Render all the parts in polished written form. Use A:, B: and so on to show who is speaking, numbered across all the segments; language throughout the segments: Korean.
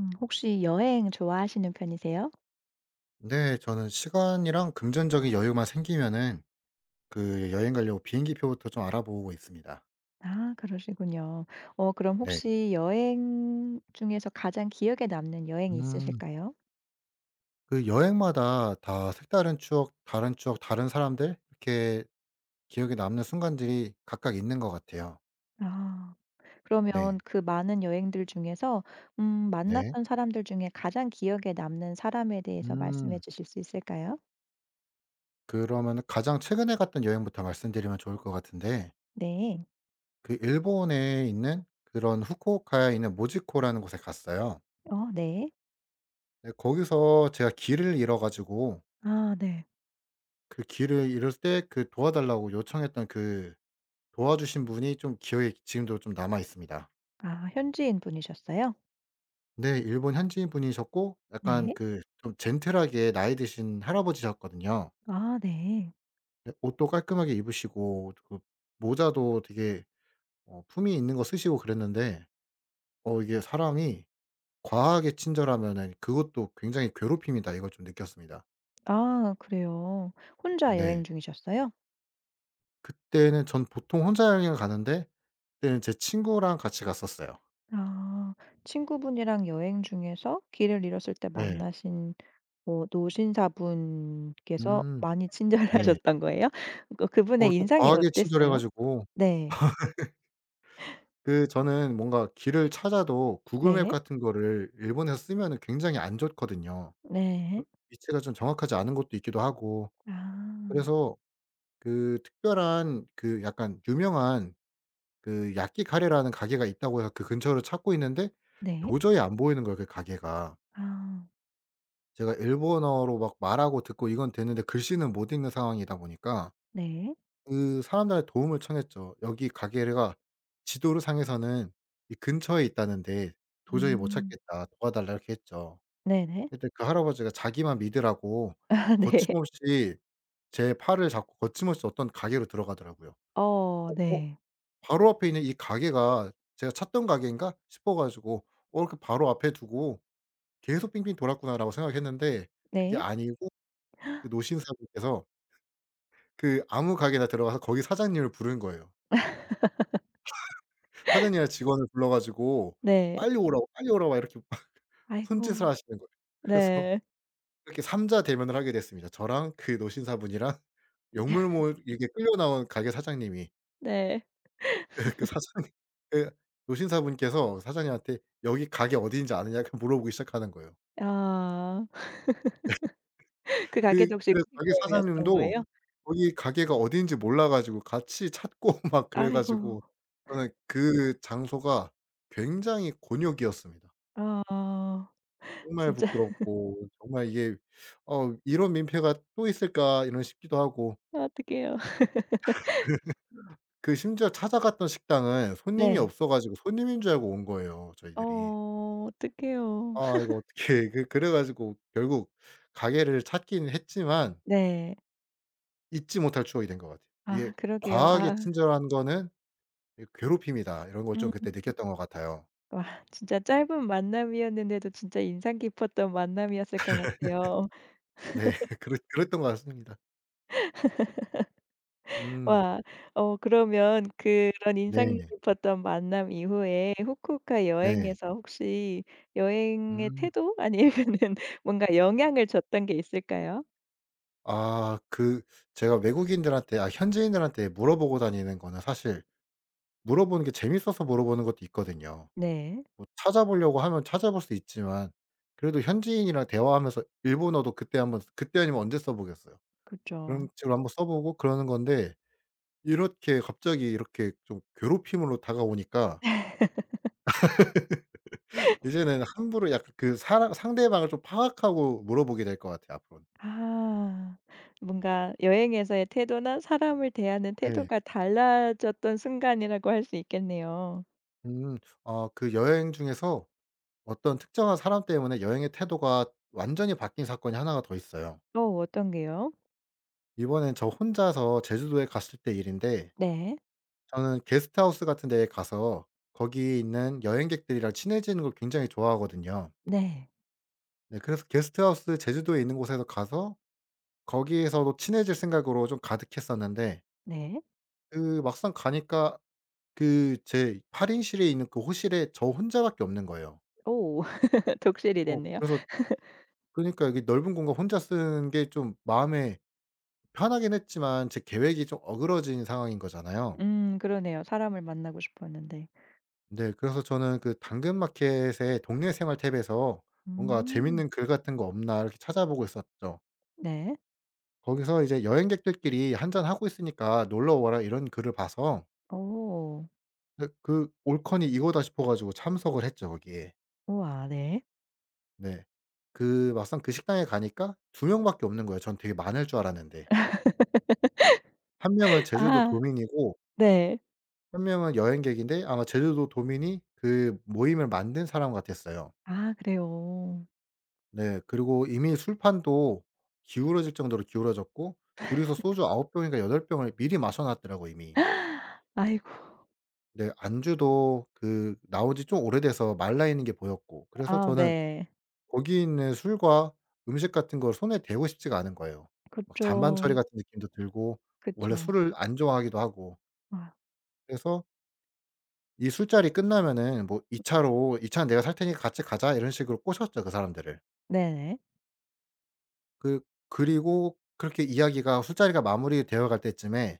A: 혹시 여행 좋아하시는 편이세요?
B: 네. 저는 시간이랑 금전적인 여유만 생기면은 그 여행 가려고 비행기표부터 좀 알아보고 있습니다.
A: 아, 그러시군요. 어 그럼
B: 네.
A: 혹시 여행 중에서 가장 기억에 남는 여행이
B: 음.
A: 있으실까요?
B: 그 여행마다 다 색다른 추억, 다른 추억, 다른 사람들 이렇게 기억에 남는 순간들이 각각 있는 것 같아요.
A: 아. 그러면
B: 네.
A: 그 많은 여행들 중에서
B: 네.
A: 만났던 사람들 중에 가장 기억에 남는 사람에 대해서 말씀해
B: 음.
A: 주실 수 있을까요?
B: 그러면 가장 최근에 갔던 여행부터 말씀드리면 좋을 것 같은데
A: 네.
B: 그 일본에 있는 그런 후쿠오카에 있는 모지코라는 곳에 갔어요.
A: 어 네.
B: 네, 거기서 제가 길을 잃어 가지고
A: 아 네.
B: 그 길을 잃을 때 그 도와달라고 요청했던 그 도와주신 분이 좀 기억에 지금도 좀 남아 있습니다.
A: 아, 현지인 분이셨어요?
B: 네. 일본 현지인 분이셨고 약간
A: 네.
B: 그 좀 젠틀하게 나이 드신 할아버지셨거든요.
A: 아 네.
B: 네, 옷도 깔끔하게 입으시고 그 모자도 되게 품위 있는 거 쓰시고 그랬는데 이게 사람이 과하게 친절하면은 그것도 굉장히 괴롭힘이다 이걸 좀 느꼈습니다.
A: 아, 그래요. 혼자 여행
B: 네.
A: 중이셨어요?
B: 그때는 전 보통 혼자 여행을 가는데 그때는 제 친구랑 같이 갔었어요.
A: 아. 친구분이랑 여행 중에서 길을 잃었을 때
B: 네.
A: 만나신 뭐 노신사분께서
B: 음.
A: 많이
B: 네.
A: 친절하셨던 거예요? 그
B: 어
A: 그분의
B: 또
A: 인상이
B: 과하게 친절해
A: 어땠어요?
B: 가지고
A: 네.
B: 그 저는 뭔가 길을 찾아도 구글 맵
A: 네.
B: 같은 거를 일본에서 쓰면은 굉장히 안 좋거든요. 어
A: 네.
B: 위치가 좀 정확하지 않은 것도 있기도 하고.
A: 아.
B: 그래서 그 특별한 그 약간 유명한 그 야끼카레라는 가게가 있다고 해서 그 근처를 찾고 있는데
A: 네.
B: 도저히 안 보이는 거예요 그 가게가.
A: 아.
B: 제가 일본어로 막 말하고 듣고 이건 되는데 글씨는 못 읽는 상황이다 보니까
A: 네.
B: 그 사람들한테 도움을 청했죠. 여기 가게가 지도상에서는 이 근처에 있다는데 도저히 못
A: 음.
B: 찾겠다. 도와달라 이렇게 했죠.
A: 네네.
B: 그때 그 할아버지가 자기만 믿으라고
A: 아 네.
B: 거침없이 제 팔을 잡고 거침없이 어떤 가게로 들어가더라고요.
A: 어
B: 어 어
A: 네.
B: 바로 앞에 있는 이 가게가 제가 찾던 가게인가 싶어 가지고 '어 이렇게 바로 앞에 두고 계속 빙빙 돌았구나.'라고 생각했는데 그게
A: 네.
B: 아니고 그 노신사분께서 그 아무 가게나 들어가서 거기 사장님을 부른 거예요. 사장님이랑 직원을 불러 가지고
A: 네.
B: "빨리 오라고, 빨리 오라고." 막 이렇게 막 손짓을
A: 아이고.
B: 하시는 거예요. 그래서
A: 네.
B: 이렇게 3자 대면을 하게 됐습니다. 저랑 그 노신사분이랑 역물몰 이렇게 끌려 나온 가게 사장님이.
A: 네.
B: 그 사장님 그 노신사분께서 사장님한테 "여기 가게 어디인지 아느냐?" 이렇게 물어보기 시작하는 거예요.
A: 아. 그
B: 그
A: 가게도 혹시
B: 그래서 가게
A: 음식점이었던
B: 사장님도
A: 거예요?
B: 거기 가게가 어디인지 몰라 가지고 같이 찾고 막 그래
A: 아이고.
B: 가지고 저는 그 장소가 굉장히 곤욕이었습니다.
A: 아.
B: 정말
A: 진짜.
B: 부끄럽고 정말 이게 '어 이런 민폐가 또 있을까?' 이런 싶기도 하고
A: 어떡해요.
B: 그 심지어 찾아갔던 식당은 손님이
A: 네.
B: 없어 가지고 손님인 줄 알고 온 거예요 저희들이.
A: 어 어떡해요.
B: 아 이거 어떻게 그 그래 가지고 결국 가게를 찾긴 했지만
A: 네.
B: 잊지 못할 추억이 된 것 같아요.
A: 아
B: 이게
A: 그러게요.
B: '과하게
A: 아
B: 친절한 거는 이 괴롭힘이다.' 이런 걸
A: 음.
B: 좀 그때 느꼈던 것 같아요.
A: 와 진짜 짧은 만남이었는데도 진짜 인상 깊었던 만남이었을 것 같아요.
B: 네. 그랬던 것 같습니다. 음.
A: 와 어 그러면 그런 인상
B: 네.
A: 깊었던 만남 이후에 후쿠오카
B: 네.
A: 여행에서 혹시 여행의
B: 음.
A: 태도 아니면은 뭔가 영향을 줬던 게 있을까요?
B: 아 그 제가 외국인들한테 아 현지인들한테 물어보고 다니는 거는 사실 물어보는 게 재밌어서 물어보는 것도 있거든요.
A: 네.
B: 뭐 찾아보려고 하면 찾아볼 수 있지만 그래도 현지인이랑 대화하면서 일본어도 그때 한번 그때 아니면 언제 써 보겠어요. 그런
A: 그쵸.
B: 식으로 한번 써 보고 그러는 건데 이렇게 갑자기 이렇게 좀 괴롭힘으로 다가오니까 이제는 함부로 약간 그 사람 상대방을 좀 파악하고 물어보게 될 것 같아요 앞으로는.
A: 아. 뭔가 여행에서의 태도나 사람을 대하는
B: 네.
A: 태도가 달라졌던 순간이라고 할 수 있겠네요.
B: 음. 아 그 여행 중에서 어떤 특정한 사람 때문에 여행의 태도가 완전히 바뀐 사건이 하나가 더 있어요.
A: 어 어떤 게요?
B: 이번엔 저 혼자서 제주도에 갔을 때 일인데
A: 네.
B: 저는 게스트하우스 같은 데에 가서 거기 있는 여행객들이랑 친해지는 걸 굉장히 좋아하거든요.
A: 네.
B: 네, 그래서 게스트하우스 제주도에 있는 곳에서 가서 거기에서도 친해질 생각으로 좀 가득했었는데
A: 네.
B: 그 막상 가니까 그 제 8 인실에 있는 그 호실에 저 혼자 밖에 없는 거예요.
A: 오. 독실이 됐네요.
B: 그래서 그러니까 여기 넓은 공간 혼자 쓰는 게 좀 마음에 편하긴 했지만 제 계획이 좀 어그러진 상황인 거잖아요.
A: 그러네요. 사람을 만나고 싶었는데.
B: 네, 그래서 저는 그 당근마켓의 동네 생활 탭에서 '뭔가
A: 음.
B: 재밌는 글 같은 거 없나.' 이렇게 찾아보고 있었죠.
A: 네.
B: 거기서 이제 "여행객들끼리 한잔하고 있으니까 놀러 오라." 이런 글을 봐서
A: 오.
B: 그 그 '올컨이 이거다.' 싶어 가지고 참석을 했죠 거기에.
A: 우와 네.
B: 네. 그 막상 그 식당에 가니까 두 명밖에 없는 거예요 전 되게 많을 줄 알았는데. 한 명은 제주도
A: 아
B: 도민이고
A: 네.
B: 한 명은 여행객인데 아마 제주도 도민이 그 모임을 만든 사람 같았어요.
A: 아, 그래요.
B: 네. 그리고 이미 술판도 기울어질 정도로 기울어졌고 둘이서 소주 9 병인가 8 병을 미리 마셔 놨더라고요 이미.
A: 아이고.
B: 근데 안주도 그 나온 지 좀 오래돼서 말라 있는 게 보였고 그래서
A: 아
B: 저는
A: 네.
B: 거기 있는 술과 음식 같은 걸 손에 대고 싶지가 않은 거예요. 막 잔반 처리
A: 그쵸.
B: 같은 느낌도 들고 원래
A: 그쵸.
B: 술을 안 좋아하기도 하고.
A: 아
B: 그래서 이 술자리 끝나면은 뭐 이 차로 이 차는 내가 살 테니까 같이 가자." 이런 식으로 꼬셨죠 그 사람들을.
A: 네네.
B: 그 그리고 그렇게 이야기가 술자리가 마무리되어 갈 때쯤에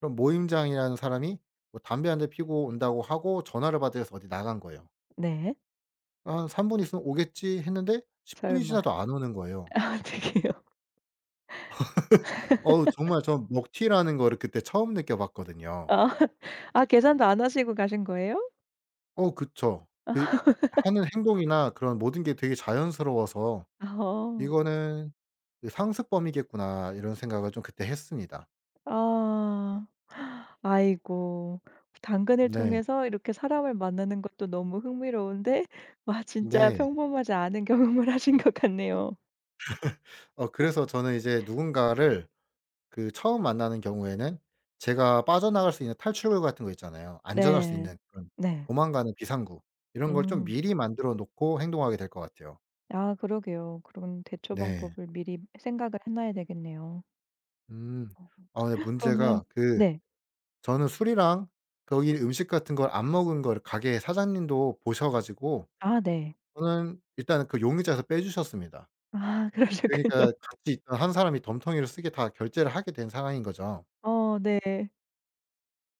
B: 그럼 모임장이라는 사람이 뭐 "담배 한 대 피고 온다."고 하고 전화를 받으서 어디 나간 거예요.
A: 네.
B: 아, 한 '3분 있으면 오겠지.' 했는데 10 분이
A: 설마.
B: 지나도 안 오는 거예요.
A: 아 어떡해요.
B: 어우 정말 저 먹튀라는 거를 그때 처음 느껴 봤거든요.
A: 아. 아, 계산도 안 하시고 가신 거예요?
B: 어 그쵸. 그 하는 행동이나 그런 모든 게 되게 자연스러워서
A: 어.
B: '이거는 그 상습범이겠구나.' 이런 생각을 좀 그때 했습니다.
A: 아. 아이고. 당근을
B: 네.
A: 통해서 이렇게 사람을 만나는 것도 너무 흥미로운데 와 진짜
B: 네.
A: 평범하지 않은 경험을 하신 것 같네요.
B: 어 그래서 저는 이제 누군가를 그 처음 만나는 경우에는 제가 빠져나갈 수 있는 탈출구 같은 거 있잖아요. 안전할 수
A: 네.
B: 있는 그런
A: 네.
B: 도망가는 비상구 이런 걸 좀
A: 음.
B: 미리 만들어 놓고 행동하게 될 것 같아요.
A: 아 그러게요. 그런 대처
B: 네.
A: 방법을 미리 생각을 해 놔야 되겠네요.
B: 음.
A: 어
B: 아 근데
A: 그러면
B: 문제가 그
A: 네.
B: 저는 술이랑 거기 음식 같은 걸 안 먹은 걸 가게 사장님도 보셔 가지고
A: 아 네.
B: 저는 일단은 그 용의자에서 빼 주셨습니다.
A: 아 그러셨군요.
B: 그러니까 같이 있던 한 사람이 덤텅이를 쓰게 다 결제를 하게 된 상황인 거죠.
A: 어 네.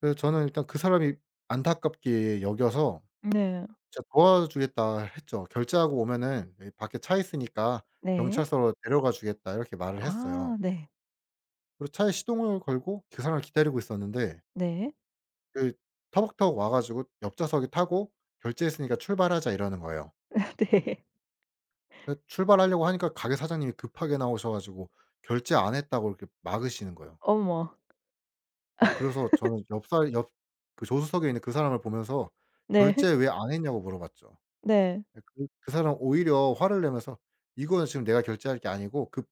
B: 그래서 저는 일단 그 사람이 안타깝게 여겨서
A: 네.
B: 진짜 도와주겠다 했죠. "결제하고 오면은 여기 밖에 차 있으니까
A: 네.
B: 경찰서로 데려가 주겠다." 이렇게 말을
A: 아
B: 했어요.
A: 네.
B: 그리고 차에 시동을 걸고 그 사람을 기다리고 있었는데
A: 네.
B: 그 터벅터벅 와 가지고 옆 좌석에 타고 "결제했으니까 출발하자." 이러는 거예요.
A: 네.
B: 근데 출발하려고 하니까 가게 사장님이 급하게 나오셔 가지고 결제 안 했다고 이렇게 막으시는 거예요.
A: 어머.
B: 그래서 저는 옆 그 조수석에 있는 그 사람을 보면서
A: 네.
B: "결제 왜 안 했냐."고 물어봤죠.
A: 네.
B: 예 그 그 사람 오히려 화를 내면서 "이거는 지금 내가 결제할 게 아니고 그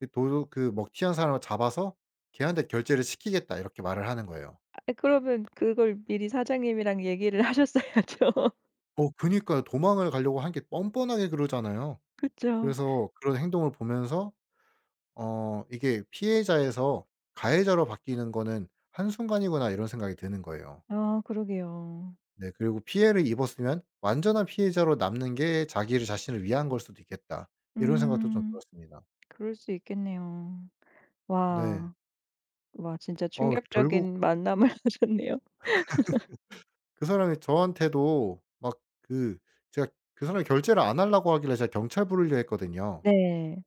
B: 그 도둑 그 먹튀한 사람을 잡아서 걔한테 결제를 시키겠다." 이렇게 말을 하는 거예요.
A: 아 그러면 그걸 미리 사장님이랑 얘기를 하셨어야죠.
B: 어 그니까요. 도망을 가려고 한 게 뻔뻔하게 그러잖아요.
A: 그쵸.
B: 그래서 그런 행동을 보면서 이게 '피해자에서 가해자로 바뀌는 거는 한순간이구나.' 이런 생각이 드는 거예요.
A: 아 그러게요.
B: 네, 그리고 '피해를 입었으면 완전한 피해자로 남는 게 자기를 자신을 위한 걸 수도 있겠다.' 이런 생각도 좀
A: 음.
B: 들었습니다.
A: 그럴 수 있겠네요.
B: 네.
A: 와. 와 진짜
B: 어 결국
A: 충격적인 만남을 하셨네요.
B: 그 사람이 저한테도 막 그 제가 그 사람이 결제를 안 하려고 하길래 제가 경찰 부르려 했거든요.
A: 네.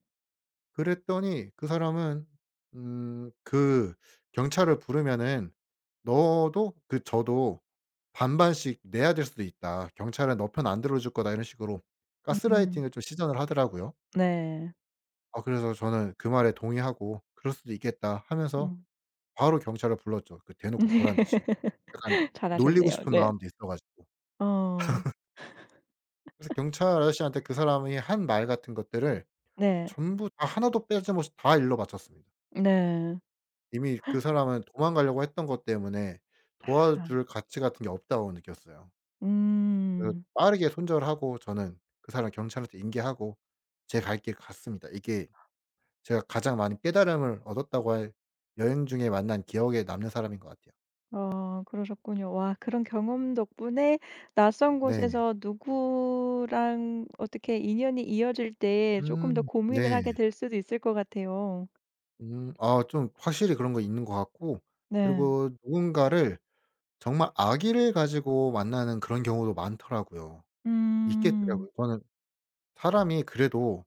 B: 그랬더니 그 사람은 그 경찰을 부르면은 "너도 그 저도 반반씩 내야 될 수도 있다. 경찰은 너 편 안 들어줄 거다." 이런 식으로
A: 음.
B: 가스라이팅을 좀 시전을 하더라고요.
A: 네.
B: 아 그래서 저는 그 말에 동의하고 '그럴 수도 있겠다.' 하면서
A: 음.
B: 바로 경찰을 불렀죠, 그 대놓고
A: 네.
B: 보란 듯이. 약간 놀리고
A: 잘하셨네요.
B: 싶은
A: 네.
B: 마음도 있어 가지고.
A: 어.
B: 그래서 경찰 아저씨한테 그 사람이 한 말 같은 것들을
A: 네.
B: 전부 다 하나도 빼짐없이 다 일러 바쳤습니다.
A: 네.
B: 이미 그 사람은 도망가려고 했던 것 때문에
A: 아.
B: 도와줄 가치 같은 게 없다고 느꼈어요. 그래서
A: 음.
B: 빠르게 손절하고 저는 그 사람 경찰한테 인계하고 제 갈 길 갔습니다. 이게 제가 가장 많이 깨달음을 얻었다고 할 여행 중에 만난 기억에 남는 사람인 것 같아요.
A: 어 그러셨군요. 와 그런 경험 덕분에 낯선
B: 네.
A: 곳에서 누구랑 어떻게 인연이 이어질 때 조금 더 고민을
B: 네.
A: 하게 될 수도 있을 것 같아요.
B: 아 좀 확실히 그런 거 있는 것 같고
A: 네.
B: 그리고 누군가를 정말 아기를 가지고 만나는 그런 경우도 많더라고요.
A: 음.
B: 있겠더라고요. 저는 사람이 그래도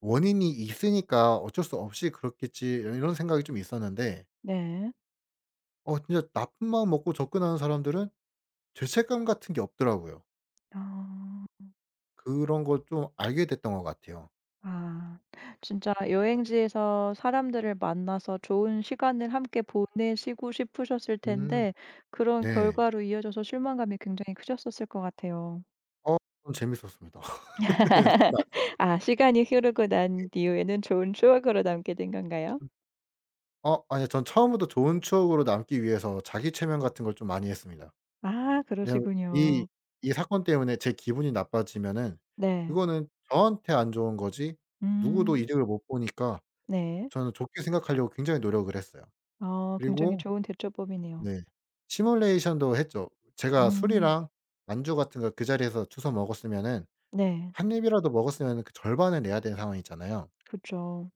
B: 원인이 있으니까 '어쩔 수 없이 그렇겠지.' 이런 생각이 좀 있었는데
A: 네.
B: 어 진짜 나쁜 마음 먹고 접근하는 사람들은 죄책감 같은 게 없더라고요.
A: 아.
B: 그런 걸 좀 알게 됐던 것 같아요.
A: 아. 진짜 여행지에서 사람들을 만나서 좋은 시간을 함께 보내시고 싶으셨을
B: 음
A: 텐데 그런
B: 네.
A: 결과로 이어져서 실망감이 굉장히 크셨었을 것 같아요.
B: 어 좀 재밌었습니다. 그래서 돈 안
A: 아, 시간이 흐르고 난
B: 들게.
A: 뒤후에는 좋은 추억으로 남게 된 건가요?
B: 음. 어 아니요. 전 처음부터 좋은 추억으로 남기 위해서 자기 최면 같은 걸 좀 많이 했습니다.
A: 아,
B: 왜냐면 이
A: 그러시군요.
B: 이 사건 때문에 제 기분이 나빠지면은
A: 네.
B: 그거는 저한테 안 좋은 거지 누구도
A: 음
B: 이득을 못 보니까
A: 네.
B: 저는 좋게 생각하려고 굉장히 노력을 했어요.
A: 어 굉장히
B: 그리고
A: 좋은 대처법이네요.
B: 네. 시뮬레이션도 했죠. 제가
A: 음
B: 술이랑 안주 같은 거 그 자리에서 주워 먹었으면은
A: 네.
B: 한 입이라도 먹었으면은 그 절반을 내야 되는 상황이잖아요.
A: 그죠.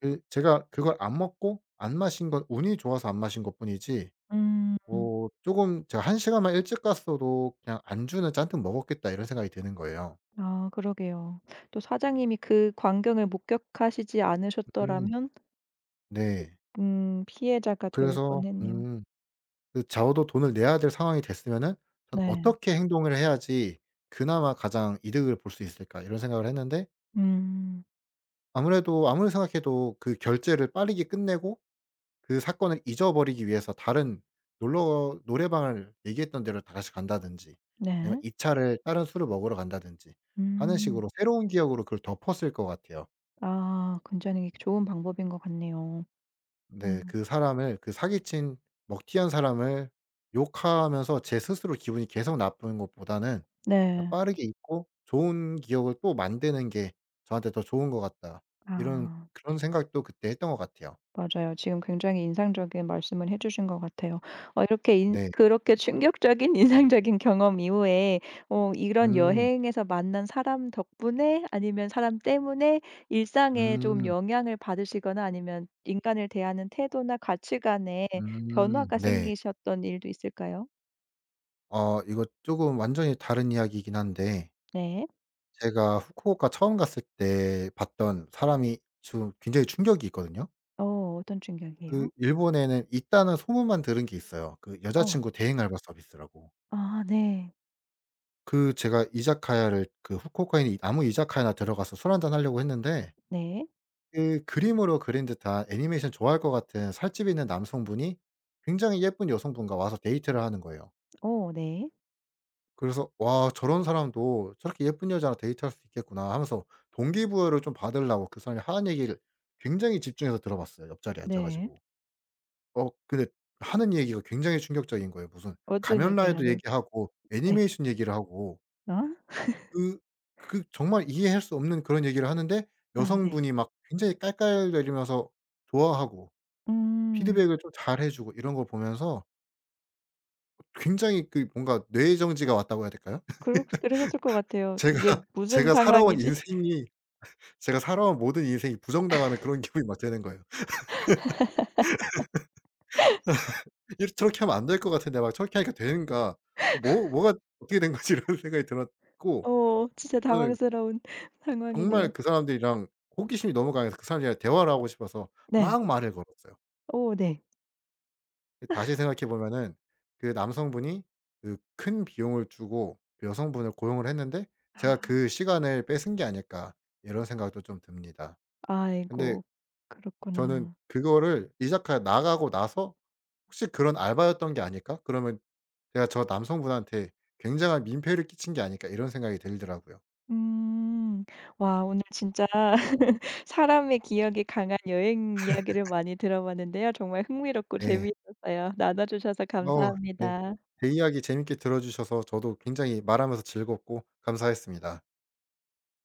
B: 그 제가 그걸 안 먹고 안 마신 건 운이 좋아서 안 마신 것뿐이지
A: 렇
B: 뭐 쪼금 제가 한 시간만 일찍 갔어도 그냥 '안주는 잔뜩 먹었겠다.' 이런 생각이 드는 거예요.
A: 아 그러게요. 또 사장님이 그 광경을 목격하시지
B: 음
A: 않으셨더라면
B: 네.
A: 피해자가 될
B: 그래서
A: 뻔했네요.
B: 그 적어도 돈을 내야 될 상황이 됐으면은 '전
A: 네.
B: 어떻게 행동을 해야지 그나마 가장 이득을 볼 수 있을까?' 이런 생각을 했는데
A: 음
B: 아무래도 아무리 생각해도 그 결제를 빠르게 끝내고 그 사건을 잊어버리기 위해서 다른 놀러 노래방을 얘기했던 데로 다다시 간다든지 아니면
A: 네.
B: 2 차를 다른 술을 먹으러 간다든지 하는
A: 음.
B: 식으로 새로운 기억으로 그걸 덮었을 것 같아요.
A: 아 굉장히 좋은 방법인 것 같네요.
B: 네.
A: 음
B: 그 사람을 그 사기친 먹튀한 사람을 욕하면서 제 스스로 기분이 계속 나쁜 것보다는 그냥
A: 네.
B: 빠르게 잊고 좋은 기억을 또 만드는 게 저한테 더 좋은 것 같다. 이런
A: 아.
B: 그런 생각도 그때 했던 것 같아요.
A: 맞아요. 지금 굉장히 인상적인 말씀을 해 주신 것 같아요. 어 이렇게 인
B: 네.
A: 그렇게 충격적인 인상적인 경험 이후에 어 이런
B: 음.
A: 여행에서 만난 사람 덕분에 아니면 사람 때문에 일상에 좀
B: 음.
A: 영향을 받으시거나 아니면 인간을 대하는 태도나 가치관에
B: 음.
A: 변화가
B: 네.
A: 생기셨던 일도 있을까요?
B: 어 이거 조금 완전히 다른 이야기이긴 한데
A: 네.
B: 제가 후쿠오카 처음 갔을 때 봤던 사람이 좀 굉장히 충격이 있거든요.
A: 어 어떤
B: 그
A: 충격이에요?
B: 일본에는 있다는 소문만 들은 게 있어요. 그
A: 어.
B: 여자친구 대행 알바 서비스라고.
A: 아 네.
B: 그 제가 이자카야를 그 후쿠오카에 있는 아무 이자카야나 들어가서 술 한잔 하려고 했는데
A: 네.
B: 그 그림으로 그린 듯한 애니메이션 좋아할 것 같은 살집 있는 남성분이 굉장히 예쁜 여성분과 와서 데이트를 하는 거예요.
A: 어 네.
B: 그래서 '와 저런 사람도 저렇게 예쁜 여자랑 데이트할 수 있겠구나.' 하면서 동기부여를 좀 받으려고 그 사람이 하는 얘기를 굉장히 집중해서 들어봤어요, 옆자리에 앉아
A: 네.
B: 가지고. 어 근데 하는 얘기가 굉장히 충격적인 거예요. 무슨
A: 어떤
B: 가면
A: 얘기를
B: 라이더
A: 나누
B: 얘기하고
A: 네.
B: 애니메이션 얘기를 하고
A: 어?
B: 그 그 정말 이해할 수 없는 그런 얘기를 하는데
A: 어 네.
B: 여성분이 막 굉장히 깔깔대리면서 좋아하고
A: 음.
B: 피드백을 좀 잘해 주고 이런 걸 보면서 굉장히 그 뭔가 뇌의 정지가 왔다고 해야 될까요?
A: 그렇 그러셨을 것 같아요. 이게
B: 제가
A: 무슨
B: 제가 살아온
A: 상황이지?
B: 인생이 제가 살아온 모든 인생이 부정당하는 그런 기분이 막 드는 거예요. '이 저렇게 하면 안 될 것 같은데 막 저렇게 하니까 되는가? 뭐가 어떻게 된 거지?' 이런 생각이 들었고
A: 어 진짜
B: 저는
A: 당황스러운 상황이네요.
B: 정말 그 사람들이랑 호기심이 너무 강해서 그 사람들이랑 대화를 하고 싶어서
A: 네.
B: 막 말을 걸었어요.
A: 오, 네.
B: 다시 생각해 보면은 그 남성분이 그 큰 비용을 주고 그 여성분을 고용을 했는데 '제가
A: 아.
B: 그 시간을 뺏은 게 아닐까.' 이런 생각도 좀 듭니다. 근데
A: 아이고.
B: 저는
A: 그렇구나.
B: 그거를 이 작가 나가고 나서 '혹시 그런 알바였던 게 아닐까? 그러면 제가 저 남성분한테 굉장한 민폐를 끼친 게 아닐까?' 이런 생각이 들더라고요.
A: 음. 와 오늘 진짜 사람의 기억이 강한 여행 이야기를 많이 들어봤는데요. 정말 흥미롭고
B: 네.
A: 재미있었어요. 나눠 주셔서
B: 어우 네.
A: 감사합니다.
B: 제 이야기 재밌게 들어 주셔서 저도 굉장히 말하면서 즐겁고 감사했습니다.